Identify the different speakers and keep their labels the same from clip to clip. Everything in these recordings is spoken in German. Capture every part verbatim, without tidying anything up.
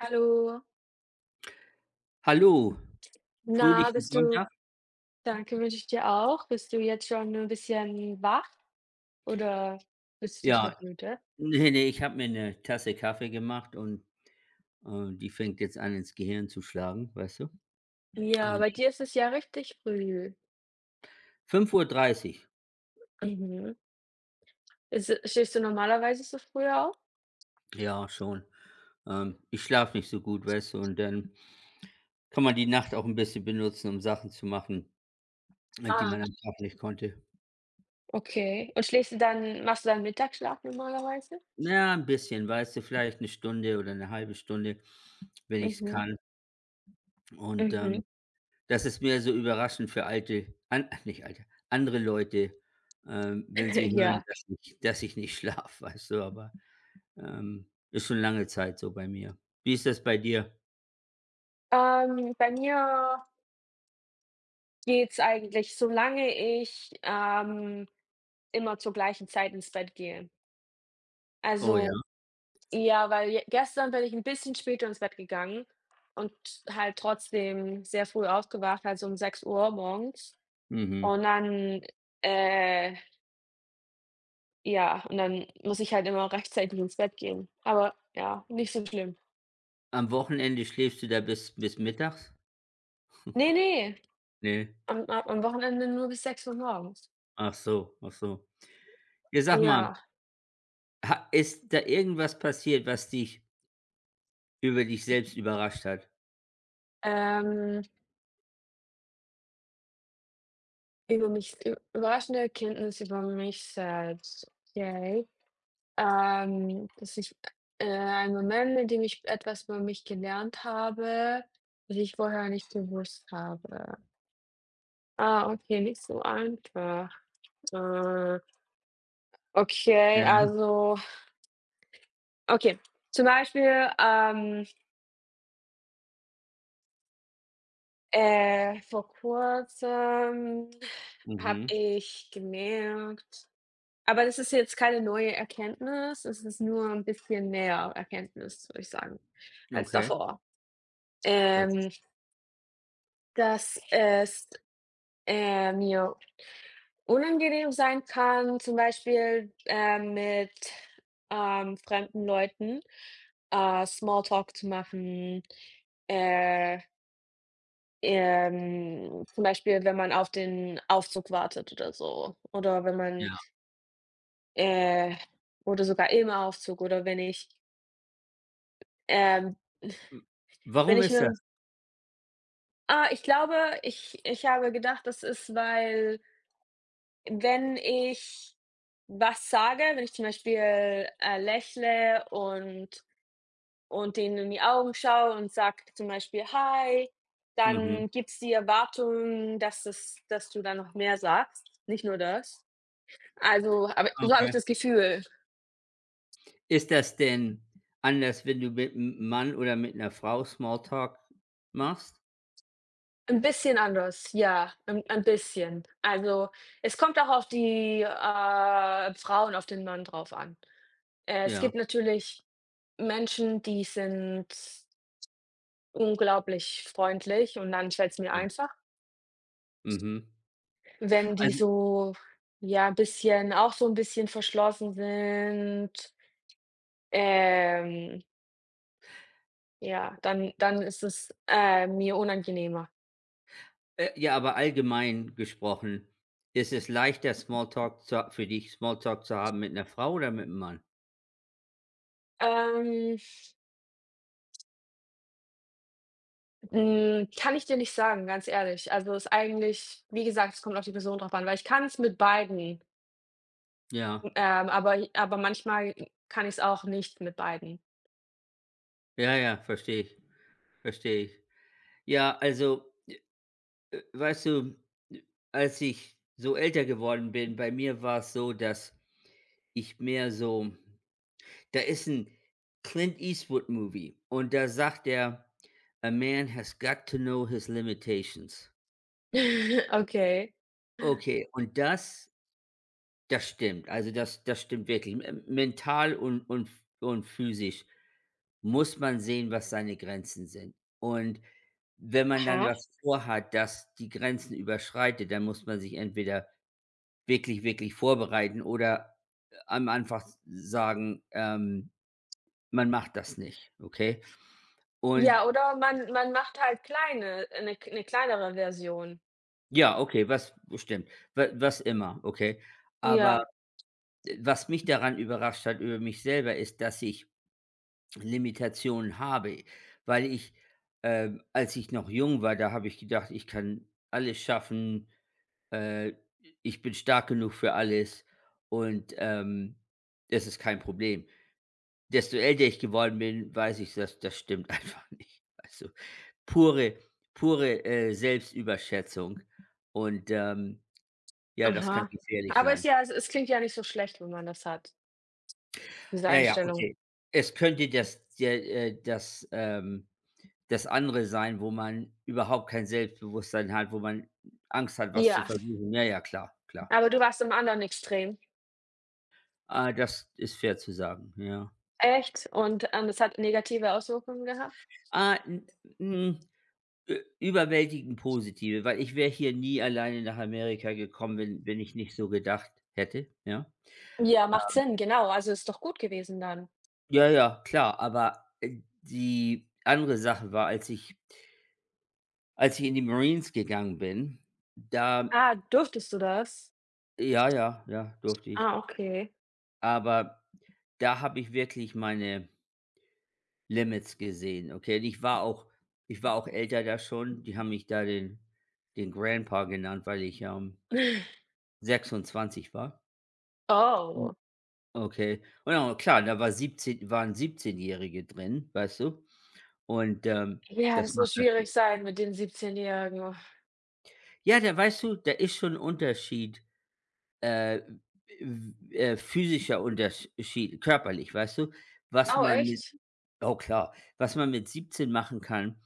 Speaker 1: Hallo.
Speaker 2: Hallo,
Speaker 1: Na,
Speaker 2: fröhlichen
Speaker 1: bist du
Speaker 2: Sonntag.
Speaker 1: danke, wünsche ich dir auch. Bist du jetzt schon ein bisschen wach oder bist du dich noch
Speaker 2: Ja,
Speaker 1: müde?
Speaker 2: nee, ne, ich habe mir eine Tasse Kaffee gemacht und, äh, die fängt jetzt an, ins Gehirn zu schlagen, weißt du?
Speaker 1: Ja,
Speaker 2: Und
Speaker 1: bei dir ist es ja richtig früh.
Speaker 2: fünf Uhr dreißig.
Speaker 1: Mhm. Ist stehst du normalerweise so früh auf?
Speaker 2: Ja, schon. Ähm, ich schlafe nicht so gut, weißt du, und dann kann man die Nacht auch ein bisschen benutzen, um Sachen zu machen, äh, die
Speaker 1: Ah,
Speaker 2: man am Tag nicht konnte.
Speaker 1: okay. Und schläfst du dann machst du dann Mittagsschlaf normalerweise?
Speaker 2: Ja, ein bisschen, weißt du, vielleicht eine Stunde oder eine halbe Stunde, wenn ich es
Speaker 1: Mhm,
Speaker 2: kann. Und, ähm
Speaker 1: mhm,
Speaker 2: Das ist mehr so überraschend für alte an nicht alte, andere Leute, ähm, wenn sie hören,
Speaker 1: ja.
Speaker 2: dass ich dass ich nicht schlafe, weißt du, aber, ähm, ist schon lange Zeit so bei mir. Wie ist das bei dir?
Speaker 1: Ähm, bei mir geht's eigentlich, solange ich, ähm, immer zur gleichen Zeit ins Bett gehe.
Speaker 2: Oh ja?
Speaker 1: Also ja, weil je gestern bin ich ein bisschen später ins Bett gegangen und halt trotzdem sehr früh aufgewacht, also um sechs Uhr morgens.
Speaker 2: Mhm.
Speaker 1: Und dann, äh ja, und dann muss ich halt immer rechtzeitig ins Bett gehen. Aber ja, nicht so schlimm.
Speaker 2: Am Wochenende schläfst du da bis bis mittags?
Speaker 1: Ne, ne,
Speaker 2: Ne?
Speaker 1: am a am Wochenende nur bis sechs Uhr morgens.
Speaker 2: Ach so, ach so. Ja, sag mal,
Speaker 1: Ja,
Speaker 2: ha ist da irgendwas passiert, was dich über dich selbst überrascht hat?
Speaker 1: ähm, über mich ü überraschende Erkenntnis über mich selbst. Okay. Ähm, dass ich, äh, ein Moment, in dem ich etwas über mich gelernt habe, das ich vorher nicht gewusst habe. Ah, okay, nicht so einfach. Äh, okay,
Speaker 2: Ja.
Speaker 1: also okay, zum Beispiel, ähm, äh, vor Kurzem habe
Speaker 2: Mhm.
Speaker 1: ich gemerkt, aber das ist jetzt keine neue Erkenntnis, es ist nur ein bisschen mehr Erkenntnis, würde ich sagen, als
Speaker 2: Okay.
Speaker 1: davor.
Speaker 2: Was ist
Speaker 1: Ähm, dass es, äh, mir unangenehm sein kann, zum Beispiel, äh, mit, ähm, fremden Leuten, äh, Smalltalk zu machen, äh, ähm, zum Beispiel, wenn man auf den Aufzug wartet oder so, oder wenn man,
Speaker 2: Ja.
Speaker 1: äh oder sogar im Aufzug oder wenn ich, ähm
Speaker 2: Hm,
Speaker 1: wenn
Speaker 2: warum
Speaker 1: ich
Speaker 2: ist das?
Speaker 1: mir ah, ich glaube, ich ich habe gedacht, das ist, weil wenn ich was sage, wenn ich zum Beispiel, äh, lächle und und denen in die Augen schaue und sage zum Beispiel: „Hi“,
Speaker 2: Mhm.
Speaker 1: dann gibt's die Erwartung, dass es dass du dann noch mehr sagst, nicht nur das. Also, aber so habe ich
Speaker 2: Okay.
Speaker 1: das Gefühl.
Speaker 2: Ist das denn anders, wenn du mit 'm Mann oder mit 'ner Frau Smalltalk machst?
Speaker 1: Ein bisschen anders, ja, 'n ein bisschen. Also, es kommt auch auf die, äh, Frau auf den Mann drauf an. Äh, Es
Speaker 2: Ja,
Speaker 1: gibt natürlich Menschen, die sind unglaublich freundlich und dann fällt's mir
Speaker 2: ja.
Speaker 1: einfach.
Speaker 2: Mhm.
Speaker 1: Wenn die
Speaker 2: Also,
Speaker 1: so, ja, bisschen auch so 'n bisschen verschlossen sind, ähm, ja, dann dann ist es, äh, mir unangenehmer.
Speaker 2: äh, ja, aber allgemein gesprochen, ist es leichter, Smalltalk zu ha für dich Smalltalk zu haben mit 'ner Frau oder mit 'm Mann?
Speaker 1: Ähm, hm, kann ich dir nicht sagen, ganz ehrlich. Also, ist eigentlich wie gesagt, es kommt auf die Person drauf an, weil ich kann's mit beiden,
Speaker 2: Ja.
Speaker 1: ähm, aber aber manchmal kann ich's auch nicht mit beiden.
Speaker 2: Ja, ja, verstehe ich, verstehe ich. Ja, also, äh, weißt du, äh, als ich so älter geworden bin, bei mir war's so, dass ich mehr so. Da ist ein Clint Eastwood Movie und da sagt er: „A man has got to know his limitations.“
Speaker 1: Okay.
Speaker 2: Okay, und das das stimmt. Also, das das stimmt wirklich. M Mental und und und physisch muss man sehen, was seine Grenzen sind. Und wenn man dann
Speaker 1: Aha.
Speaker 2: was vorhat, das die Grenzen überschreitet, dann muss man sich entweder wirklich, wirklich vorbereiten oder äh, am Anfang sagen, ähm, man macht das nicht, okay? Und
Speaker 1: Ja, oder man man macht halt kleine 'ne 'ne kleinere Version.
Speaker 2: Ja, okay, was oh, stimmt. Wa was immer, okay. Aber,
Speaker 1: Ja,
Speaker 2: äh, was mich daran überrascht hat über mich selber, ist, dass ich Limitationen habe, weil ich, ähm als ich noch jung war, da habe ich gedacht: „Ich kann alles schaffen, äh, ich bin stark genug für alles und, ähm, das ist kein Problem.“ Desto älter ich geworden bin, weiß ich, dass das stimmt einfach nicht. Also, pure pure, äh, Selbstüberschätzung und, ähm, ja, das kann
Speaker 1: aha.
Speaker 2: gefährlich
Speaker 1: Aber ist
Speaker 2: sein.
Speaker 1: ja es es klingt ja nicht so schlecht, wenn man das hat, diese
Speaker 2: Ja, ja,
Speaker 1: Einstellung.
Speaker 2: okay. Es könnte das der äh, das, ähm das andere sein, wo man überhaupt kein Selbstbewusstsein hat, wo man Angst hat, was zu
Speaker 1: Ja,
Speaker 2: versuchen. Ja, ja, klar, klar.
Speaker 1: aber du warst im anderen Extrem.
Speaker 2: Ah, das ist fair zu sagen, ja.
Speaker 1: Echt? Und, ähm, das hat negative Auswirkungen gehabt?
Speaker 2: Ah, n hm, ü überwältigend positive, weil ich wäre hier nie alleine nach Amerika gekommen, wenn wenn ich nicht so gedacht hätte, ja?
Speaker 1: Ja, macht Sinn, genau. Also, ist doch gut gewesen dann.
Speaker 2: Ja, ja, klar, aber, äh, die andere Sache war, als ich als ich in die Marines gegangen bin, da
Speaker 1: Ah, durftest du das?
Speaker 2: ja, ja, ja, durfte ich.
Speaker 1: Ah, okay.
Speaker 2: Aber da habe ich wirklich meine Limits gesehen, okay? Und ich war auch ich war auch älter da schon. Die haben mich da den den Grandpa genannt, weil ich, ähm, sechsundzwanzig war. Hm,
Speaker 1: Oh.
Speaker 2: okay. Und ja, klar, da war siebzehn, waren Siebzehnjährige drin, weißt du? Und, ähm,
Speaker 1: Ja,
Speaker 2: das
Speaker 1: das
Speaker 2: macht
Speaker 1: muss schwierig
Speaker 2: natürlich.
Speaker 1: sein mit den Siebzehnjährigen.
Speaker 2: Ja, da weißt du, da ist schon 'n Unterschied. Äh, äh, Physischer Unterschied, körperlich, weißt du? Was
Speaker 1: Oh,
Speaker 2: man mit
Speaker 1: echt?
Speaker 2: Oh klar, was man mit siebzehn machen kann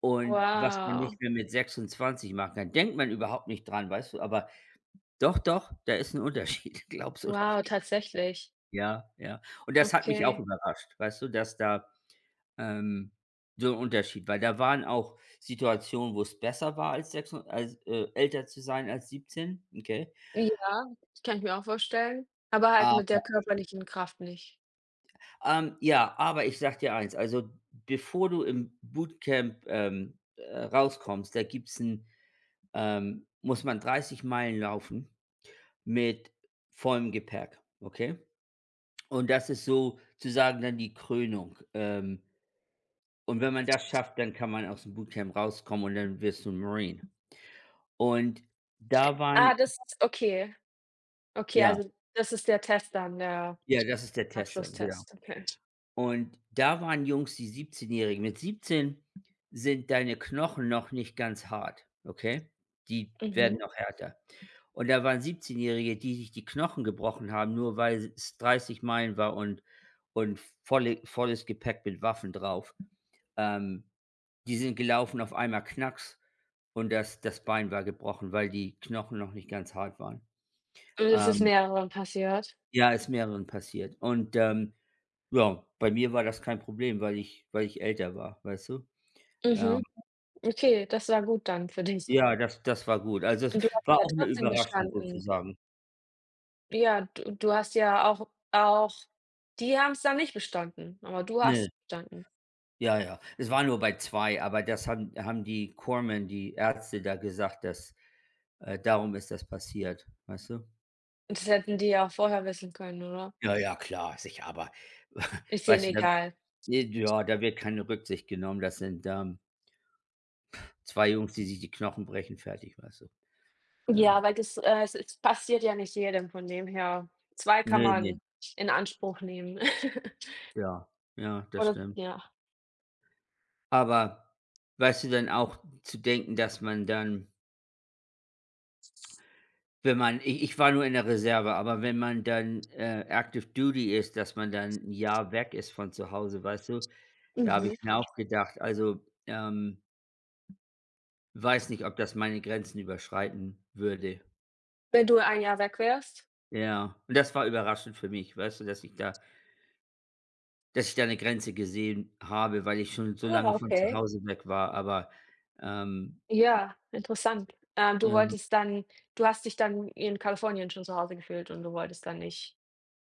Speaker 2: und was man
Speaker 1: Wow.
Speaker 2: nicht mehr mit sechsundzwanzig machen kann. Denkt man überhaupt nicht dran, weißt du? Aber doch, doch, da ist ein Unterschied, glaubst du oder
Speaker 1: Wow,
Speaker 2: nicht.
Speaker 1: tatsächlich.
Speaker 2: Ja, ja. Und das hat mich auch
Speaker 1: Okay.
Speaker 2: überrascht, weißt du, dass da, ähm, so ein Unterschied, weil da waren auch Situationen, wo es besser war als sechsun als, äh, älter zu sein als siebzehn, okay?
Speaker 1: Ja, das kann ich mir auch vorstellen, aber halt mit der körperlichen Kraft nicht.
Speaker 2: Ähm, ja, aber ich sag dir eins, also bevor du im Bootcamp, ähm, äh, rauskommst, da gibt's ein, ähm, muss man dreißig Meilen laufen mit vollem Gepäck, okay? Und das ist sozusagen dann die Krönung. Ähm, und wenn man das schafft, dann kann man aus dem Bootcamp rauskommen und dann wirst du 'n Marine. Und da
Speaker 1: Ah,
Speaker 2: waren
Speaker 1: das okay. Okay,
Speaker 2: Ja,
Speaker 1: also das ist der Test dann, der
Speaker 2: ja, das ist der Test dann, genau.
Speaker 1: Abschlusstest, okay.
Speaker 2: Und da waren Jungs, die siebzehnjährigen-Jährigen. Mit siebzehn sind deine Knochen noch nicht ganz hart, okay? Die werden
Speaker 1: Mhm.
Speaker 2: noch härter. Und da waren siebzehnjährige-Jährige, die sich die Knochen gebrochen haben, nur weil es dreißig Meilen war und und volle volles Gepäck mit Waffen drauf. Ähm, Die sind gelaufen, auf einmal knacks und das das Bein war gebrochen, weil die Knochen noch nicht ganz hart waren.
Speaker 1: Und es ist
Speaker 2: Ähm,
Speaker 1: mehreren passiert?
Speaker 2: ja, ist mehreren passiert. Und, ähm ja, bei mir war das kein Problem, weil ich weil ich älter war, weißt du? Ja,
Speaker 1: Mhm. Okay, das war gut dann für dich.
Speaker 2: ja, das das war gut. Also, es
Speaker 1: Und du hast
Speaker 2: war
Speaker 1: ja
Speaker 2: auch eine
Speaker 1: trotzdem
Speaker 2: Überraschung
Speaker 1: bestanden.
Speaker 2: sozusagen.
Speaker 1: Ja, du du hast ja auch auch die haben's dann nicht bestanden, aber du
Speaker 2: Ne,
Speaker 1: hast bestanden.
Speaker 2: ja, ja. Es war nur bei zwei aber das haben haben die Corpsmen, die Ärzte da gesagt, dass äh, darum ist das passiert, weißt du?
Speaker 1: Das hätten die ja auch vorher wissen können, oder?
Speaker 2: Ja, ja, klar, sicher, aber
Speaker 1: Ist denen
Speaker 2: weißt du, da
Speaker 1: egal.
Speaker 2: ne, ja, da wird keine Rücksicht genommen. Das sind, ähm, zwei Jungs, die sich die Knochen brechen, fertig, weißt du?
Speaker 1: Ja,
Speaker 2: Ja.
Speaker 1: weil das, äh es es passiert ja nicht jedem, von dem her. Zwei kann
Speaker 2: Ne, ne,
Speaker 1: man in Anspruch nehmen.
Speaker 2: ja. Ja, das
Speaker 1: Oder
Speaker 2: stimmt.
Speaker 1: ja.
Speaker 2: Aber weißt du, dann auch zu denken, dass man dann, wenn man ich ich war nur in der Reserve, aber wenn man dann, äh, Active Duty ist, dass man dann ein Jahr weg ist von zu Hause, weißt du? Da habe ich
Speaker 1: Mhm.
Speaker 2: mir auch gedacht, also, ähm, weiß nicht, ob das meine Grenzen überschreiten würde.
Speaker 1: Wenn du ein Jahr weg wärst?
Speaker 2: Ja, und das war überraschend für mich, weißt du, dass ich da dass ich da eine Grenze gesehen habe, weil ich schon so
Speaker 1: Ah,
Speaker 2: lange von zu
Speaker 1: okay.
Speaker 2: Hause weg war, aber, ähm,
Speaker 1: Ja, interessant. Ähm, du
Speaker 2: ja,
Speaker 1: wolltest dann du hast dich dann in Kalifornien schon zu Hause gefühlt und du wolltest dann nicht,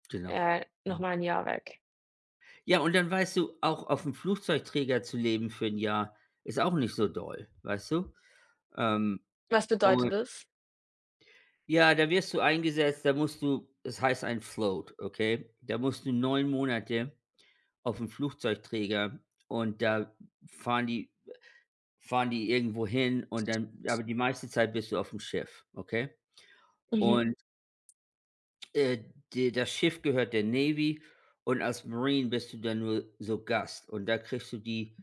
Speaker 2: genau.
Speaker 1: äh, noch mal 'n Jahr weg.
Speaker 2: Ja, und dann weißt du, auch auf dem Flugzeugträger zu leben für ein Jahr ist auch nicht so doll, weißt du? Ähm,
Speaker 1: Was bedeutet
Speaker 2: und
Speaker 1: das?
Speaker 2: ja, da wirst du eingesetzt, da musst du es heißt ein Float, okay? Da musst du neun Monate auf dem Flugzeugträger und da fahren die fahren die irgendwo hin und dann aber die meiste Zeit bist du auf dem Schiff, okay?
Speaker 1: Mhm.
Speaker 2: Und Äh, de das Schiff gehört der Navy und als Marine bist du dann nur so Gast und da kriegst du die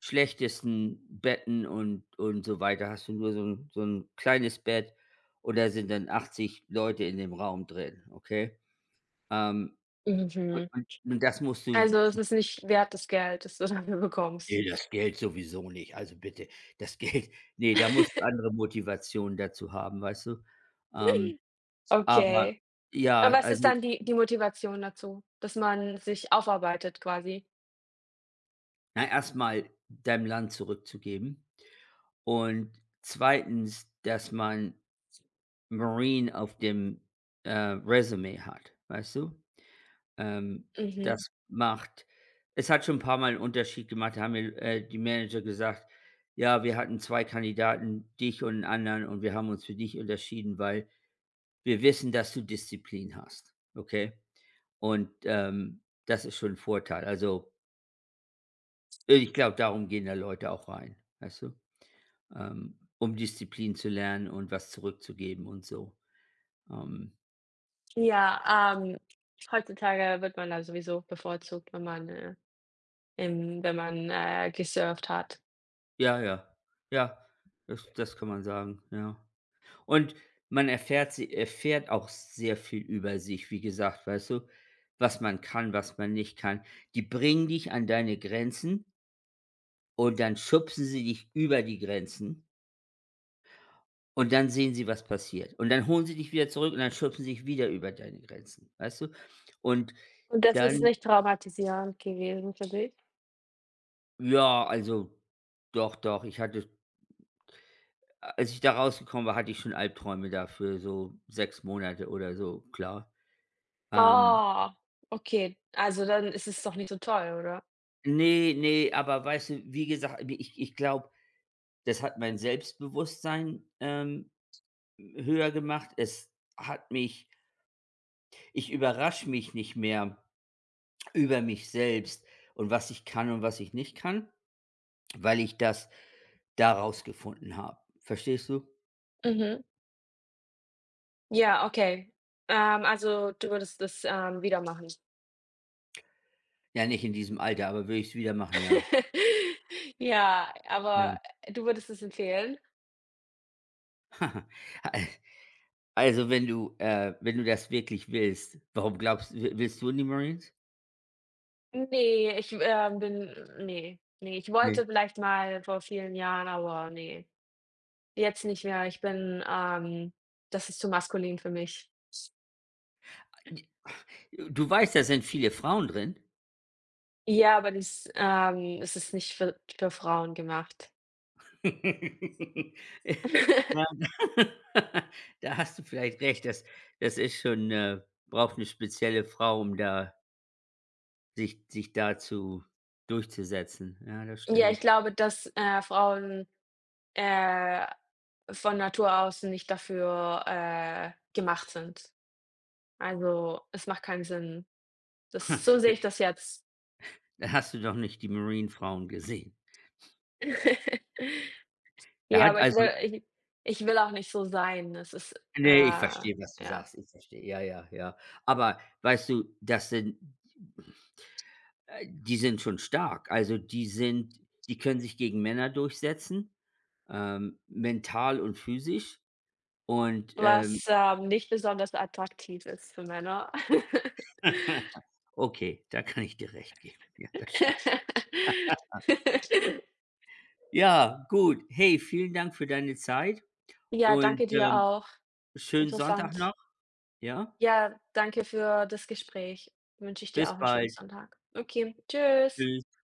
Speaker 2: schlechtesten Betten und und so weiter. Hast du nur so ein so 'n kleines Bett und da sind dann achtzig Leute in dem Raum drin, okay? Ähm, und
Speaker 1: Mhm.
Speaker 2: und und das musst du
Speaker 1: Also, es ist nicht wert das Geld, das du dafür bekommst.
Speaker 2: nee, das Geld sowieso nicht. Also bitte, das Geld ne, da musst du andere Motivationen dazu haben, weißt du? Ähm, aber
Speaker 1: Okay.
Speaker 2: ja,
Speaker 1: Aber was ist
Speaker 2: also,
Speaker 1: dann die die Motivation dazu, dass man sich aufarbeitet quasi?
Speaker 2: na, erst deinem Land zurückzugeben. Und zweitens, dass man Marine auf dem, äh, Resümee hat, weißt du? Ähm,
Speaker 1: Mhm.
Speaker 2: das macht Es hat schon ein paar mal einen Unterschied gemacht, da haben mir, äh, die Manager gesagt: „Ja, wir hatten zwei Kandidaten, dich und einen anderen, und wir haben uns für dich unterschieden, weil wir wissen, dass du Disziplin hast.“ Okay? Und, ähm, das ist schon ein Vorteil. Also, ich glaube, darum gehen da Leute auch rein, weißt du? Ähm, um Disziplin zu lernen und was zurückzugeben und so. Ähm,
Speaker 1: Ja, ähm, heutzutage wird man da sowieso bevorzugt, wenn man, äh, im wenn man, äh, gesurft hat.
Speaker 2: ja, ja, ja, das, das kann man sagen, ja. Und man erfährt, sie- erfährt auch sehr viel über sich, wie gesagt, weißt du, was man kann, was man nicht kann. Die bringen dich an deine Grenzen und dann schubsen sie dich über die Grenzen und dann sehen sie, was passiert. Und dann holen sie dich wieder zurück und dann schubsen sie dich wieder über deine Grenzen, weißt du? Und
Speaker 1: Und das ist
Speaker 2: dann,
Speaker 1: nicht traumatisierend gewesen für dich?
Speaker 2: ja, also doch, doch, ich hatte als ich da rausgekommen war, hatte ich schon Albträume da für so sechs Monate oder so, klar. Ähm,
Speaker 1: Ah, okay. Also, dann ist es doch nicht so toll, oder?
Speaker 2: Nee. Ne, aber weißt du, wie gesagt, ich ich glaube, das hat mein Selbstbewusstsein, ähm, höher gemacht. Es hat mich Ich überrasche mich nicht mehr über mich selbst und was ich kann und was ich nicht kann, weil ich das daraus gefunden habe. Verstehst du?
Speaker 1: Mhm. Ja, okay. Ähm, also, du würdest das, ähm, wieder machen?
Speaker 2: Ja, nicht in diesem Alter, aber würde ich's wieder machen, ja.
Speaker 1: Ja,
Speaker 2: Ja.
Speaker 1: aber du würdest es empfehlen?
Speaker 2: Also, wenn du äh, wenn du das wirklich willst, warum glaubst w willst du in die Marines?
Speaker 1: Ne, ich, ähm, bin nee, nee, ich
Speaker 2: Ne.
Speaker 1: wollte vielleicht mal vor vielen Jahren, aber nee, jetzt nicht mehr. Ich bin, ähm das ist zu maskulin für mich.
Speaker 2: Du weißt, da sind viele Frauen drin.
Speaker 1: Ja, aber das, ähm es ist nicht für für Frauen gemacht.
Speaker 2: Ja, da hast du vielleicht recht. Das das ist schon, äh braucht eine spezielle Frau, um da sich sich dazu durchzusetzen. Ja, das
Speaker 1: Ja, ich
Speaker 2: stimmt.
Speaker 1: glaube, dass, äh, Frauen Äh, von Natur aus nicht dafür, äh, gemacht sind. Also, es macht keinen Sinn. Das so sehe ich das jetzt.
Speaker 2: Da hast du doch nicht die Marinefrauen gesehen. Da
Speaker 1: Ja,
Speaker 2: hat
Speaker 1: aber ich
Speaker 2: also
Speaker 1: will ich ich will auch nicht so sein. Es ist, äh
Speaker 2: Ne, ich verstehe, was du
Speaker 1: ja,
Speaker 2: sagst. Ich verstehe. Ja, ja, ja. Aber weißt du, das sind Äh, die sind schon stark. Also, die sind die können sich gegen Männer durchsetzen, ähm, mental und physisch und, ähm
Speaker 1: was, ähm, nicht besonders attraktiv ist für Männer.
Speaker 2: Okay, da kann ich dir recht geben. Ja, das stimmt. Ja, gut. Hey, vielen Dank für deine Zeit
Speaker 1: Ja,
Speaker 2: und,
Speaker 1: danke dir
Speaker 2: ähm,
Speaker 1: auch.
Speaker 2: schönen Sonntag
Speaker 1: Interessant.
Speaker 2: noch, ja?
Speaker 1: Ja, danke für das Gespräch. Wünsche ich dir
Speaker 2: Bis
Speaker 1: auch einen schönen
Speaker 2: bald.
Speaker 1: Sonntag. Okay, tschüss.
Speaker 2: Tschüss.